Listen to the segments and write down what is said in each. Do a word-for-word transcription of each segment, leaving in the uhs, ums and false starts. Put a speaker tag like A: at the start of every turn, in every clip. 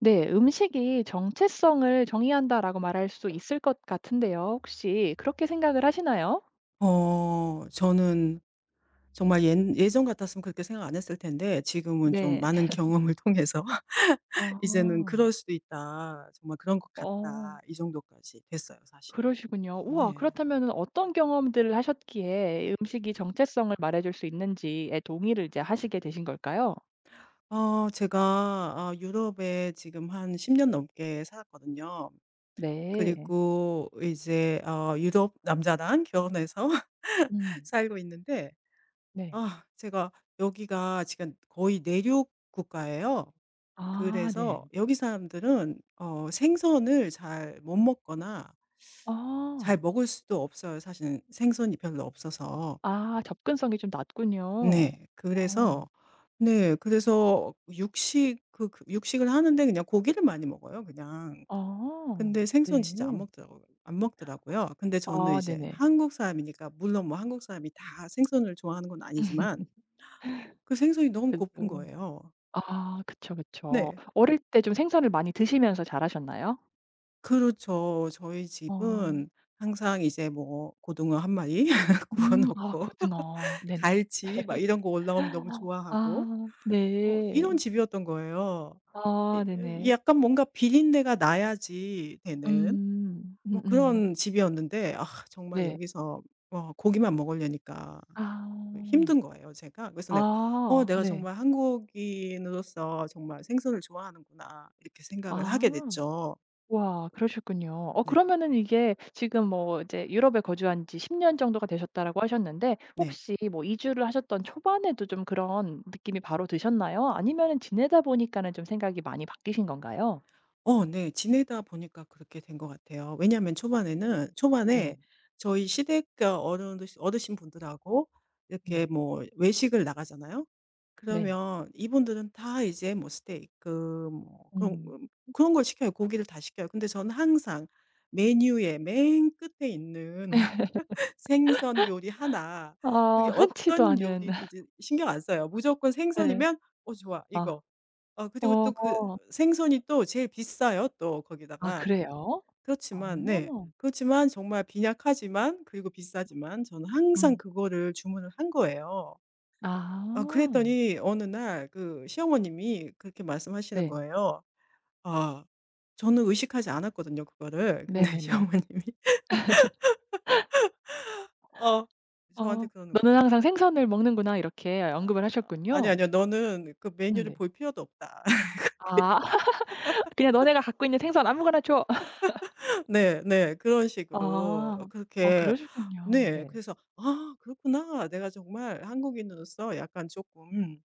A: 네, 음식이 정체성을 정의한다라고 말할 수 있을 것 같은데요. 혹시 그렇게 생각을 하시나요?
B: 어 저는 정말 예 예전 같았으면 그렇게 생각 안 했을 텐데 지금은 좀
A: 네.
B: 많은 경험을 통해서 이제는
A: 와.
B: '그럴 수도 있다. 정말 그런 것
A: 어
B: 같다.' 이 정도까지 됐어요 사실은.
A: 그러시군요. 우와,
B: 네.
A: 그렇다면은 어떤 경험들을 하셨기에 음식이 정체성을 말해줄 수 있는지에 동의를 이제 하시게 되신 걸까요?
B: 어 제가 아 유럽에 지금 한 십 년 넘게 살았거든요.
A: 네.
B: 그리고 이제 어 유럽 남자랑 결혼해서
A: 음.
B: 살고 있는데
A: 네.
B: 아 제가 여기가 지금 거의 내륙 국가예요.
A: 아
B: 그래서
A: 네.
B: 여기 사람들은 어 생선을 잘 못 먹거나
A: 아.
B: 잘 먹을 수도 없어요. 사실은 생선이 별로 없어서.
A: 아, 접근성이 좀 낮군요.
B: 네. 그래서
A: 어.
B: 네. 그래서 육식 그 그 육식을 하는데 그냥 고기를 많이 먹어요 그냥.
A: 아.
B: 근데 생선 진짜 안
A: 네.
B: 먹더라고요. 안 먹더라고요. 근데 저는
A: 아
B: 이제
A: 네네.
B: 한국 사람이니까 물론 뭐 한국 사람이 다 생선을 좋아하는 건 아니지만 그 생선이 너무
A: 그죠.
B: 고픈
A: 렇
B: 거예요.
A: 아 그쵸, 그쵸.
B: 네.
A: 어릴 때 좀 생선을 많이 드시면서 자라셨나요?
B: 그렇죠. 저희
A: 어.
B: 집은 항상 이제 뭐 고등어 한 마리 구워
A: 음 아,
B: 놓고
A: 고등어. 네네.
B: 갈치 막 이런 거 올라오면 너무 좋아하고
A: 아
B: 뭐
A: 네.
B: 이런 집이었던 거예요.
A: 아
B: 이 이
A: 네네.
B: 약간 뭔가 비린내가 나야지 되는
A: 음.
B: 뭐
A: 음음.
B: 그런 집이었는데 아 정말
A: 네.
B: 여기서 뭐 고기만 먹으려니까
A: 아.
B: 힘든 거예요 제가. 그래서 내가 '어
A: 아
B: 내가
A: 네.
B: 정말 한국인으로서 정말 생선을 좋아하는구나.' 이렇게 생각을 하게
A: 아.
B: 됐죠.
A: 와, 그러셨군요. 어
B: 네.
A: 그러면은 이게 지금 뭐 이제 유럽에 거주한 지 십 년 정도가 되셨다라고 하셨는데,
B: 네.
A: 혹시 뭐 이주를 하셨던 초반에도 좀 그런 느낌이 바로 드셨나요? 아니면은 지내다 보니까는 좀 생각이 많이 바뀌신 건가요?
B: 어 네. 지내다 보니까 그렇게 된 것 같아요. 왜냐하면 초반에는
A: 네.
B: 초반에 저희 시댁 어 어른드 어르신분들하고 이렇게
A: 음.
B: 뭐 외식을 나가잖아요.
A: 네.
B: 그러면 이분들은 다 이제 뭐 스테이크 뭐 그런
A: 음.
B: 음 그런 걸 시켜요. 고기를 다 시켜요. 근데 저는 항상 메뉴의 맨 끝에 있는 생선 요리 하나
A: 아
B: 그게
A: 흔치도
B: 어떤
A: 않은
B: 요리든지 신경 안 써요. 무조건
A: 네.
B: 생선이면 '어 좋아.
A: 아.
B: 이거.' 어 그리고
A: 어.
B: 또 그 생선이 또 제일 비싸요 또
A: 아
B: 거기다가.
A: 그래요? 어.
B: 그렇지만 네. 그렇지만 정말 빈약하지만 그리고 비싸지만 저는 항상
A: 음.
B: 그거를 주문을 한 거예요. 아
A: 아.
B: 그랬더니 어느 날 그 시어머님이 그렇게 말씀하시는
A: 네.
B: 거예요. 아 저는 의식하지 않았거든요 그거를. 근데
A: 네네네.
B: 시어머님이 어 저한테
A: 어.
B: 그러는 거
A: "너는 항상 생선을 먹는구나." 이렇게
B: "아
A: 언급을
B: 아, 아니,
A: 하셨군요.
B: 아니야. 너는 그
A: 음
B: 메뉴를
A: 네.
B: 볼 필요도 없다."
A: 아 그냥 "너네가 갖고 있는 생선 아무거나 줘."
B: 네 네. 그런 식으로
A: 아. 어
B: 그렇게
A: 그러시군요.
B: 네
A: 네.
B: 그래서 '아 그렇구나. 내가 정말 한국인으로서 약간 조금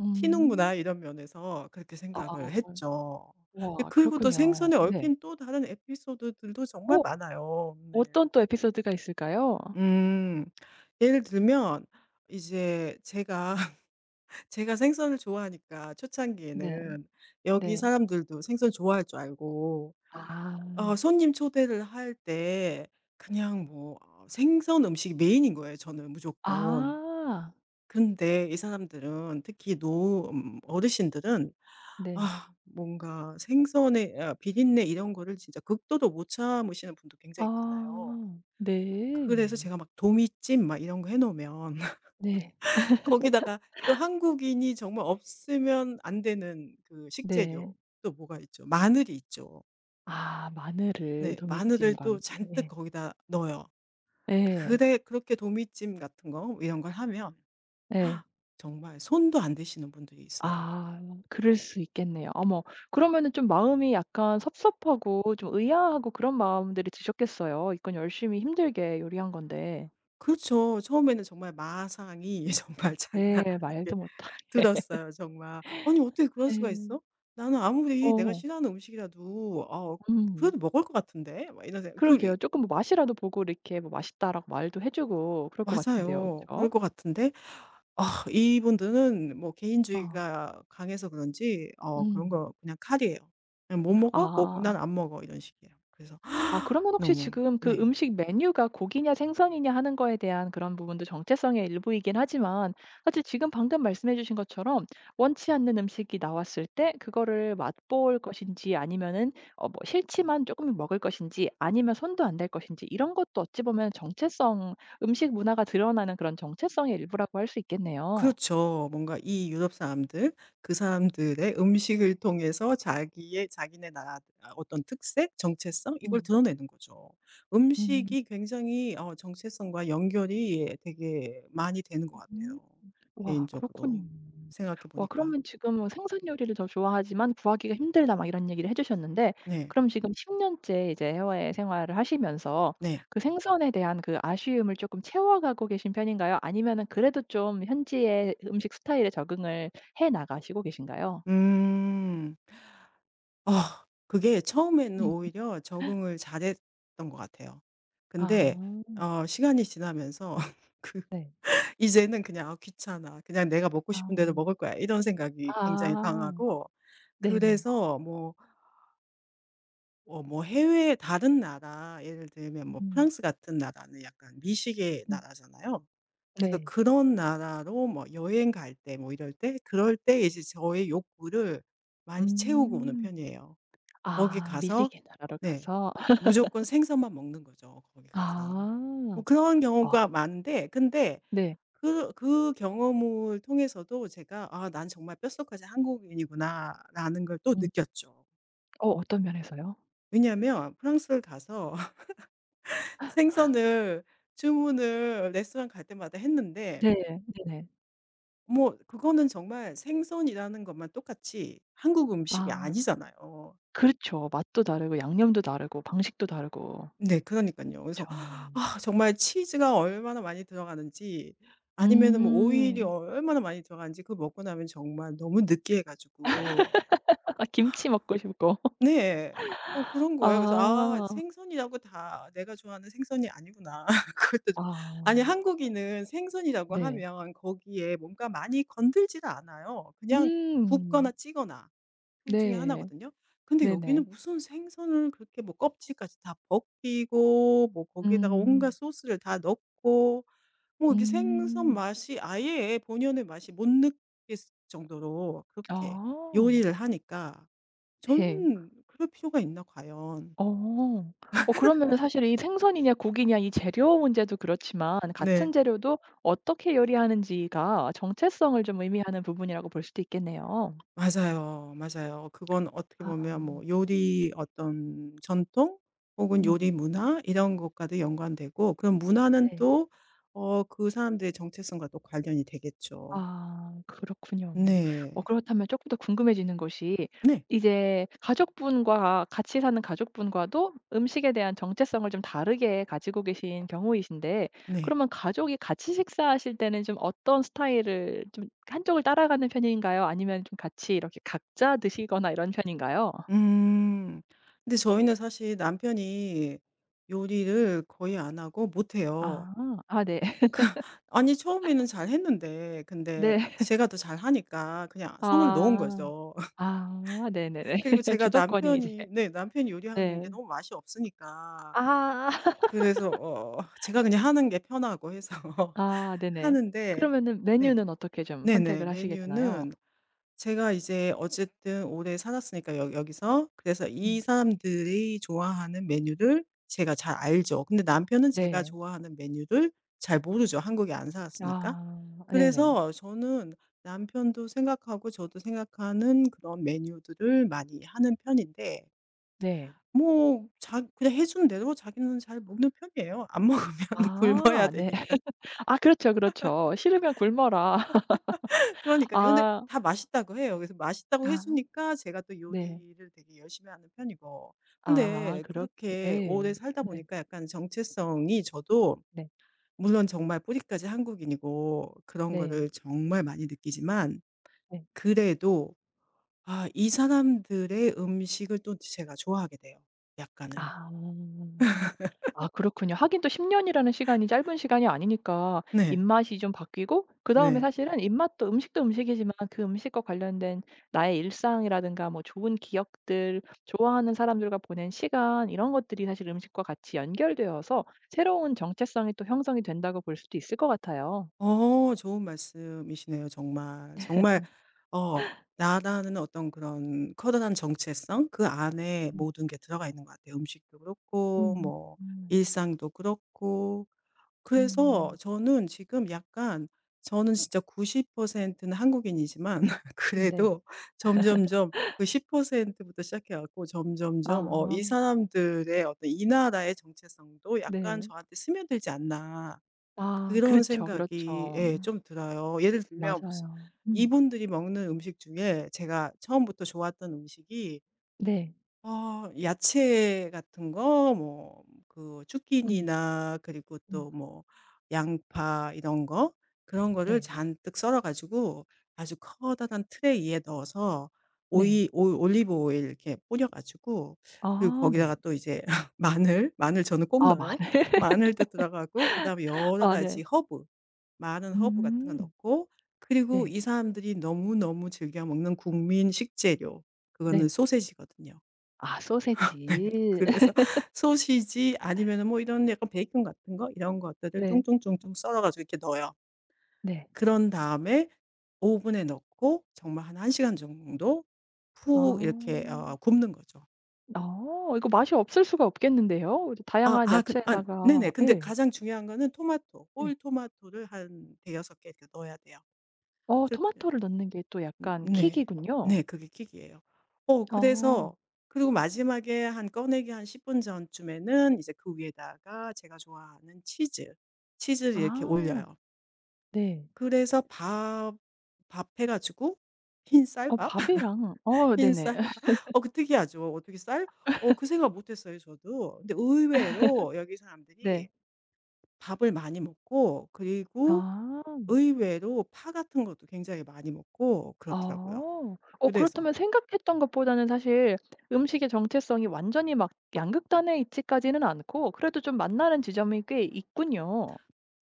A: 음.
B: 튀는구나.' 이런 면에서 그렇게
A: 아.
B: 생각을 했죠. 예
A: 와,
B: 그리고 또
A: 그렇군요.
B: 생선에
A: 네.
B: 얽힌 또 다른 에피소드들도 정말
A: 어
B: 많아요. 네.
A: 어떤 또 에피소드가 있을까요?
B: 음. 예를 들면 이제 제가 제가 생선을 좋아하니까
A: 네.
B: 초창기에는 여기
A: 네.
B: 사람들도 생선 좋아할 줄 알고
A: 아.
B: 어 손님 초대를 할 때 그냥 뭐 어 생선 음식이 메인인 거예요 저는 무조건.
A: 아.
B: 근데 이 사람들은 특히 노 음 어르신들은
A: 네.
B: 아 뭔가 생선의 아 비린내 이런 거를 진짜 극도로 못 참으시는 분도 굉장히 많아요.
A: 아.
B: 그래서
A: 네.
B: 제가 막 도미찜 막 이런 거 해 놓으면
A: 네.
B: 거기다가 또 한국인이 정말 없으면 안 되는 그
A: 네.
B: 식재료 또 뭐가 있죠? 마늘이 있죠.
A: 아, 마늘을
B: 네. 마늘을
A: 도미찜과
B: 또 잔뜩
A: 함께.
B: 거기다 넣어요.
A: 예.
B: 그래 그렇게 도미찜 같은 거 이런 걸 하면
A: 예.
B: 정말 손도 안 대시는 분들이 있어요.
A: 아, 그럴 수 있겠네요. 어머, 그러면은 좀 마음이 약간 섭섭하고 좀 의아하고 그런 마음들이 드셨겠어요. 이건 열심히 힘들게 요리한 건데.
B: 그렇죠. 처음에는 정말 마상이 정말 장난
A: 예.
B: 아니게
A: 말도 못할.
B: 들었어요 정말. '아니 어떻게 그럴 수가
A: 예.
B: 있어? 나는 아무리 내가
A: 어.
B: 싫어하는 음식이라도 어
A: 음.
B: 그래도 먹을 것 같은데?' 막 이런 생각 그
A: 그러게요. 쪼끔 뭐 맛이라도 보고 이렇게 뭐 "맛있다."라고 말도 해 주고 그럴 것 같은데요.
B: 맞아요.
A: 그쵸?
B: 그럴 것 같은데 아 이분들은 뭐
A: 어.
B: 개인주의가 강해서 그런지 어 그런
A: 음.
B: 거 그냥 칼이에요. 그냥 "못 먹어? 뭐
A: 아.
B: 난 안 먹어." 이런 식이에요. 그래서
A: 아, 그러면 혹시
B: 너무
A: 지금 그
B: 네.
A: 음식 메뉴가 고기냐 생선이냐 하는 거에 대한 그런 부분도 정체성의 일부이긴 하지만, 사실 지금 방금 말씀해 주신 것처럼 원치 않는 음식이 나왔을 때 그거를 맛볼 것인지, 아니면은 어 뭐 싫지만 조금 먹을 것인지, 아니면 손도 안 댈 것인지, 이런 것도 어찌 보면 정체성, 음식 문화가 드러나는 그런 정체성의 일부라고 할 수 있겠네요.
B: 그렇죠. 뭔가 이 유럽 사람들 그 사람들의 음식을 통해서 자기의 자기네 나라 아 어떤 특색, 정체성 이걸
A: 음.
B: 드러내는 거죠.
A: 음.
B: 음식이 굉장히 어 정체성과 연결이 되게 많이 되는 것 같아요,
A: 와, 그렇군요.
B: 개인적으로 생각해
A: 와,
B: 보니까.
A: 그러면 지금은 뭐 생선 요리를 더 좋아하지만 구하기가 힘들다 막 이런 얘기를 해 주셨는데,
B: 네.
A: 그럼 지금 십 년째 이제 해외 생활을 하시면서
B: 네.
A: 그 생선에 대한 그 아쉬움을 조금 채워가고 계신 편인가요? 아니면은 그래도 좀 현지의 음식 스타일에 적응을 해 나가시고 계신가요?
B: 음. 아 그게 처음에는
A: 음.
B: 오히려 적응을 잘했던 것 같아요. 근데
A: 아
B: 어 시간이 지나면서 그
A: 네.
B: 이제는 그냥 '아 귀찮아. 그냥 내가 먹고 싶은 대로
A: 아.
B: 먹을 거야.' 이런 생각이 굉장히
A: 아
B: 강하고
A: 네네.
B: 그래서 뭐 어 뭐 해외 다른 나라 예를 들면 뭐
A: 음.
B: 프랑스 같은 나라는 약간 미식의
A: 음.
B: 나라잖아요. 그래서
A: 네.
B: 그런 나라로 뭐 여행 갈 때 뭐 이럴 때 그럴 때 이제 저의 욕구를 많이 채우고 오는
A: 음.
B: 편이에요. 거기
A: 아,
B: 가서
A: 미식의 나라로
B: 네.
A: 가서.
B: 무조건 생선만 먹는 거죠, 거기 가서.
A: 아.
B: 뭐 그런
A: 어
B: 경우가 많은데 근데
A: 네.
B: 그 그 경험을 통해서도 제가 '아 난 정말 뼛속까지 한국인이구나.'라는 걸 또
A: 음.
B: 느꼈죠.
A: 어 어떤 면에서요?
B: 왜냐하면 프랑스를 가서 생선을 주문을 레스토랑 갈 때마다 했는데
A: 네. 네네.
B: 뭐 그거는 정말 생선이라는 것만 똑같이 한국 음식이
A: 아
B: 아니잖아요.
A: 그렇죠. 맛도 다르고 양념도 다르고 방식도 다르고.
B: 네 그러니까요 그래서
A: 그쵸.
B: 아 정말 치즈가 얼마나 많이 들어가는지 아니면은 뭐 오일이
A: 음.
B: 얼마나 많이 들어가는지 그거 먹고 나면 정말 너무 느끼해 가지고
A: 김치 먹고 싶고.
B: 네. 어 그런 거예요. 그래서 '아
A: 아.
B: 생선이라고 다 내가 좋아하는 생선이 아니구나.' 그것도 아니
A: 아.
B: 한국인은 생선이라고
A: 네.
B: 하면 거기에 뭔가 많이 건들지를 않아요. 그냥
A: 음.
B: 굽거나 찌거나. 풀 중에
A: 네.
B: 하나거든요. 근데
A: 네네.
B: 여기는 무슨 생선을 그렇게 뭐 껍질까지 다 벗기고 뭐 거기에다가 온갖
A: 음.
B: 소스를 다 넣고 뭐 이게 생선
A: 음.
B: 맛이 아예 본연의 맛이 못 느낄 정도로
A: 아.
B: 그렇게 요리를 하니까
A: 네.
B: 저는 그럴 필요가 있나 과연.
A: 어. 어 그러면은 사실 이 생선이냐 고기냐 이 재료 문제도 그렇지만, 같은
B: 네.
A: 재료도 어떻게 요리하는지가 정체성을 좀 의미하는 부분이라고 볼 수도 있겠네요.
B: 맞아요, 맞아요. 그건 어떻게
A: 아.
B: 보면 뭐 요리 어떤 전통 혹은
A: 음.
B: 요리 문화 이런 것과도 연관되고 그럼 문화는
A: 네.
B: 또 어 그 사람들의 정체성과 또 관련이 되겠죠.
A: 아, 그렇군요.
B: 네.
A: 어 그렇다면 조금 더 궁금해지는 것이,
B: 네.
A: 이제 가족분과 같이 사는 가족분과도 음식에 대한 정체성을 좀 다르게 가지고 계신 경우이신데,
B: 네.
A: 그러면 가족이 같이 식사하실 때는 좀 어떤 스타일을 좀 한쪽을 따라가는 편인가요? 아니면 좀 같이 이렇게 각자 드시거나 이런 편인가요?
B: 음. 근데 저희는 사실 남편이 요리를 거의 안 하고 못 해요.
A: 아. 아 네.
B: 아니 처음에는 잘했는데 근데
A: 네.
B: 제가 더 잘하니까 그냥 손을 놓은
A: 아.
B: 거죠.
A: 아 네네네.
B: 그리고 제가
A: 주도권이 이제.
B: 남편이 네 남편이 요리하는 게
A: 네.
B: 너무 맛이 없으니까
A: 아.
B: 그래서 어 제가 그냥 하는 게 편하고 해서
A: 아 네네.
B: 하는데
A: 그러면은 메뉴는
B: 네.
A: 어떻게 좀 선택을
B: 네네.
A: 하시게 되나요?
B: 메뉴는 제가 이제 어쨌든 오래 살았으니까 여 여기서 그래서 이
A: 음.
B: 사람들이 좋아하는 메뉴를 제가 잘 알죠. 근데 남편은 제가
A: 네.
B: 좋아하는 메뉴를 잘 모르죠, 한국에 안 살았으니까.
A: 아 네네.
B: 그래서 저는 남편도 생각하고 저도 생각하는 그런 메뉴들을 많이 하는 편인데
A: 네.
B: 뭐 자 그냥 해 주는 대로 자기는 잘 먹는 편이에요. 안 먹으면 굶어야
A: 아 네.
B: 되니까.
A: 아 그렇죠, 그렇죠. "싫으면 굶어라."
B: 그러니깐요. 근데
A: 아.
B: 다 맛있다고 해요. 그래서 맛있다고 해
A: 아
B: 주니까 제가 또
A: 네.
B: 요리를 되게 열심히 하는 편이고.
A: 아
B: 근데
A: 그렇게.
B: 그렇게
A: 네.
B: 오래 살다
A: 네.
B: 보니까 약간 정체성이 저도
A: 네.
B: 물론 정말 뿌리까지 한국인이고 그런
A: 네.
B: 거를 정말 많이 느끼지만
A: 네.
B: 그래도 아 이 사람들의 음식을 또 제가 좋아하게 돼요 약간은.
A: 아. 아, 그렇군요. 하긴 또 십 년이라는 시간이 짧은 시간이 아니니까
B: 네.
A: 입맛이 좀 바뀌고, 그다음에
B: 네.
A: 사실은 입맛도 음식도 음식이지만 그 음식과 관련된 나의 일상이라든가 뭐 좋은 기억들, 좋아하는 사람들과 보낸 시간, 이런 것들이 사실 음식과 같이 연결되어서 새로운 정체성이 또 형성이 된다고 볼 수도 있을 것 같아요.
B: 어 좋은 말씀이시네요 정말. 정말 어 나라는 어떤 그런 커다란 정체성 그 안에
A: 음.
B: 모든 게 들어가 있는 것 같아요. 음식도 그렇고
A: 음.
B: 뭐
A: 음.
B: 일상도 그렇고. 그래서
A: 음.
B: 저는 지금 약간 저는 진짜 구십 퍼센트는 한국인이지만
A: 네.
B: 그래도 점점점 그 십 퍼센트 부터 시작해 갖고 점점점 어 '이
A: 아
B: 사람들의 어떤 이 나라의 정체성도 약간
A: 네.
B: 저한테 스며들지 않나.'
A: 아
B: 그런
A: 그렇죠,
B: 생각이
A: 그렇죠.
B: 예
A: 음.
B: 좀 들어요. 예를 들면 무슨
A: 맞아요. 음.
B: 이분들이 먹는 음식 중에 제가 처음부터 좋았던 음식이
A: 네.
B: 어 야채 같은 거 뭐 그
A: 음.
B: zucchini나 그리고
A: 음.
B: 또 뭐 양파 이런 거 그런 거를
A: 네.
B: 잔뜩 썰어 가지고 아주 커다란 트레이 위에 넣어서
A: 네.
B: 오이 올 올리브 오일 이렇게 뿌려 가지고 그리고
A: 아 네.
B: 거기다가 또 이제 마늘, 마늘 저는 꼭
A: 아
B: 넣어요.
A: 마늘?
B: 마늘도 들어가고 그다음에 여러
A: 마늘.
B: 가지 허브 많은 허브 같은 거
A: 음.
B: 넣고 그리고
A: 네.
B: 이 사람들이 너무너무 즐겨 먹는 국민 식재료
A: 네.
B: 그거는 소시지거든요.
A: 아
B: 네.
A: 소세지.
B: 그래서 소시지 아니면은 뭐 이런 약간 베이컨 같은 거 이런 것들을
A: 네.
B: 쫑쫑쫑쫑 썰어 가지고 이렇게 넣어요.
A: 네.
B: 그런 다음에 오븐에 넣고 정말 한 1 시간 정도
A: 아.
B: 푹 이렇게 어 굽는 거죠.
A: 아, 이거 맛이 없을 수가 없겠는데요. 이제
B: 아
A: 다양한
B: 아 그 아 네네.
A: 야채에다가.
B: 근데
A: 예.
B: 가장 중요한 거는 토마토,
A: 네.
B: 홀 토마토를 한 대여섯 개 이렇게 넣어야 돼요.
A: 어
B: 그렇게
A: 토마토를 넣는 게 또
B: 음
A: 약간
B: 네.
A: 킥이군요.
B: 네 그게 킥이에요. 어
A: 어.
B: 그래서 그리고 마지막에 한 꺼내기 한 십 분 전쯤에는 이제 그 위에다가 제가 좋아하는 치즈, 치즈를 이렇게
A: 아
B: 올려요.
A: 네.
B: 그래서 밥 밥 해 가지고 흰
A: 어
B: 쌀밥?
A: 밥이랑 어
B: 흰
A: 네네.
B: 쌀밥. 어 그 특이하죠. 어떻게 쌀? 어 그 생각 못 했어요 저도. 근데 의외로 여기
A: 네.
B: 사람들이 밥을 많이 먹고 그리고
A: 아.
B: 의외로 파 같은 것도 굉장히 많이 먹고
A: 아.
B: 그렇더라고요.
A: 어
B: 그래서
A: 그렇다면 생각했던 것보다는 사실 음식의 정체성이 완전히 막 양극단에 있지까지는 않고, 그래도 좀 만나는 지점이 꽤 있군요.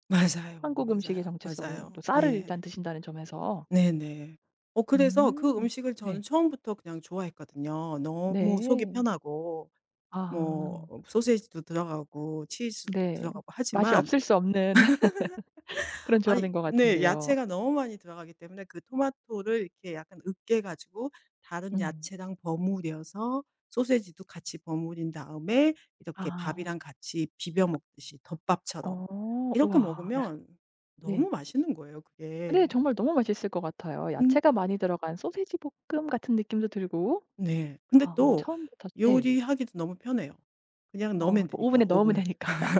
B: 맞아요.
A: 한국 음식의
B: 맞아요.
A: 정체성 도
B: 맞아요.
A: 쌀을 일단
B: 네.
A: 드신다는 점에서.
B: 네네. 어 그래서 그
A: 음.
B: 음식을
A: 네.
B: 저는 처음부터 그냥 좋아했거든요. 너무 속이
A: 네.
B: 편하고 뭐
A: 아.
B: 소시지도 들어가고 치즈도
A: 네.
B: 들어가고
A: 맛이
B: 하지만
A: 없을 수 없는 그런
B: 아니
A: 조합인 것
B: 네
A: 같은데요.
B: 야채가 너무 많이 들어가기 때문에 그 토마토를 이렇게 약간 으깨 가지고 다른
A: 음.
B: 야채랑 버무려서 소시지도 같이 버무린 다음에 이렇게
A: 아.
B: 밥이랑 같이 비벼 먹듯이 덮밥처럼
A: 어.
B: 이렇게
A: 우와. 약
B: 먹으면
A: 네.
B: 너무 맛있는 거예요
A: 네,
B: 그게.
A: 정말 너무 맛있을 것 같아요.
B: 음.
A: 야채가 많이 들어간 소세지 볶음 같은 느낌도 들고.
B: 네. 근데
A: 아 어,
B: 또
A: 처음부터 네.
B: 요리하기도 너무 편해요. 그냥
A: 어 뭐
B: 넣으면 되니까
A: 오븐에 넣으면
B: 오븐.
A: 되니까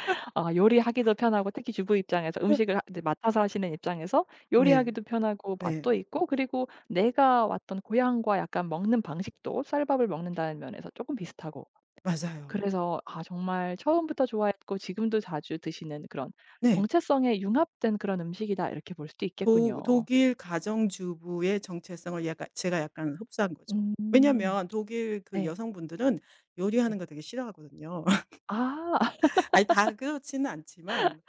A: 아, 요리하기도 편하고 특히 주부 입장에서 음식을 하 이제 맡아서 하시는 입장에서
B: 네.
A: 요리하기도 편하고
B: 네.
A: 맛도 있고, 그리고 내가 왔던 고향과 약간 먹는 방식도 쌀밥을 먹는다는 면에서 쪼끔 비슷하고,
B: 맞아요.
A: 그래서 아 정말 처음부터 좋아했고 지금도 자주 드시는 그런,
B: 네.
A: 정체성에 융합된 그런 음식이다 이렇게 볼 수도 있겠군요.
B: 독 독일 가정주부의 정체성을 약간 제가 약간 흡수한 거죠.
A: 음.
B: 왜냐면 독일 그
A: 네.
B: 여성분들은
A: 네.
B: 요리하는 거 되게 싫어하거든요.
A: 아
B: 아니 다 그렇지는 않지만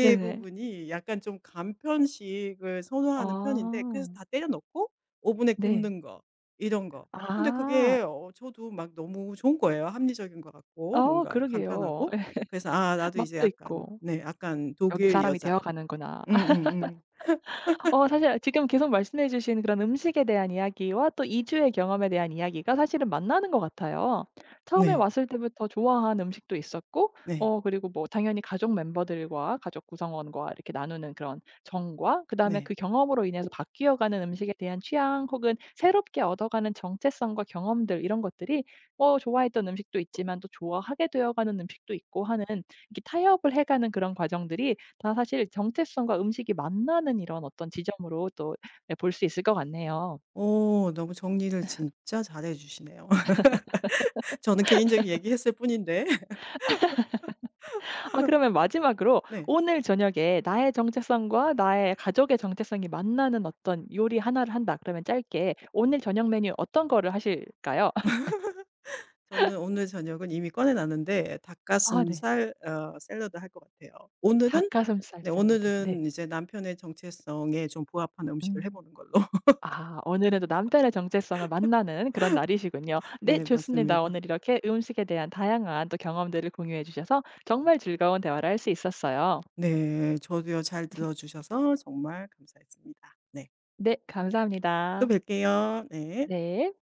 A: 네네.
B: 약간 좀 간편식을
A: 아.
B: 선호하는 편인데 그래서 다 때려 넣고 오븐에
A: 네.
B: 굽는 거 이런 거. 근데
A: 아.
B: 그게 어 저도 막 너무 좋은 거예요. 합리적인 것 같고
A: 어
B: 뭔가
A: 그러게요.
B: 간편하고.
A: 예,
B: 그래서 아 나도 이제
A: 맛도
B: 약간
A: 있고
B: 네 약간
A: '여기
B: 독일
A: 사람이 되어
B: 여자.
A: 가는구나.'
B: 응응응.
A: 어 사실 지금 계속 말씀해 주신 그런 음식에 대한 이야기와 또 이주의 경험에 대한 이야기가 사실은 만나는 것 같아요. 처음에
B: 네.
A: 왔을 때부터 좋아한 음식도 있었고,
B: 네.
A: 어 그리고 뭐 당연히 가족 멤버들과 가족 구성원과 이렇게 나누는 그런 정과, 그다음에
B: 네.
A: 그 경험으로 인해서 바뀌어 가는 음식에 대한 취향 혹은 새롭게 얻어가는 정체성과 경험들, 이런 것들이 어 좋아했던 음식도 있지만 또 좋아하게 되어 가는 음식도 있고 하는, 이렇게 타협을 해 가는 그런 과정들이 다 사실 정체성과 음식이 만나는 이런 어떤 지점으로 또 예, 볼 수 있을 것 같네요.
B: 오 너무 정리를 진짜 잘해 주시네요. 저는 개인적인 얘기했을 뿐인데.
A: 아, 그러면 마지막으로
B: 네.
A: 오늘 저녁에 나의 정체성과 나의 가족의 정체성이 만나는 어떤 요리 하나를 한다 그러면, 짧게 오늘 저녁 메뉴 어떤 거를 하실까요?
B: 저는 오늘 저녁은 이미 꺼내 놨는데
A: 아 네.
B: 닭가슴살 어 샐러드 할 것 같아요. 오늘은
A: 닭가슴살
B: 네
A: 샐러드. 네.
B: 오늘은 이제 남편의 정체성에 좀 부합한
A: 음.
B: 음식을 해 보는 걸로.
A: 아, 오늘은 또 남편의 정체성을 만나는 그런 날이시군요. 네,
B: 네
A: 좋습니다.
B: 맞습니다.
A: 오늘 이렇게 음식에 대한 다양한 또 경험들을 공유해 주셔서 정말 즐거운 대화를 할 수 있었어요.
B: 네. 저도요 잘 들어 주셔서 정말 감사했습니다. 네.
A: 네.
B: 또
A: 감사합니다.
B: 뵐게요. 네.
A: 네.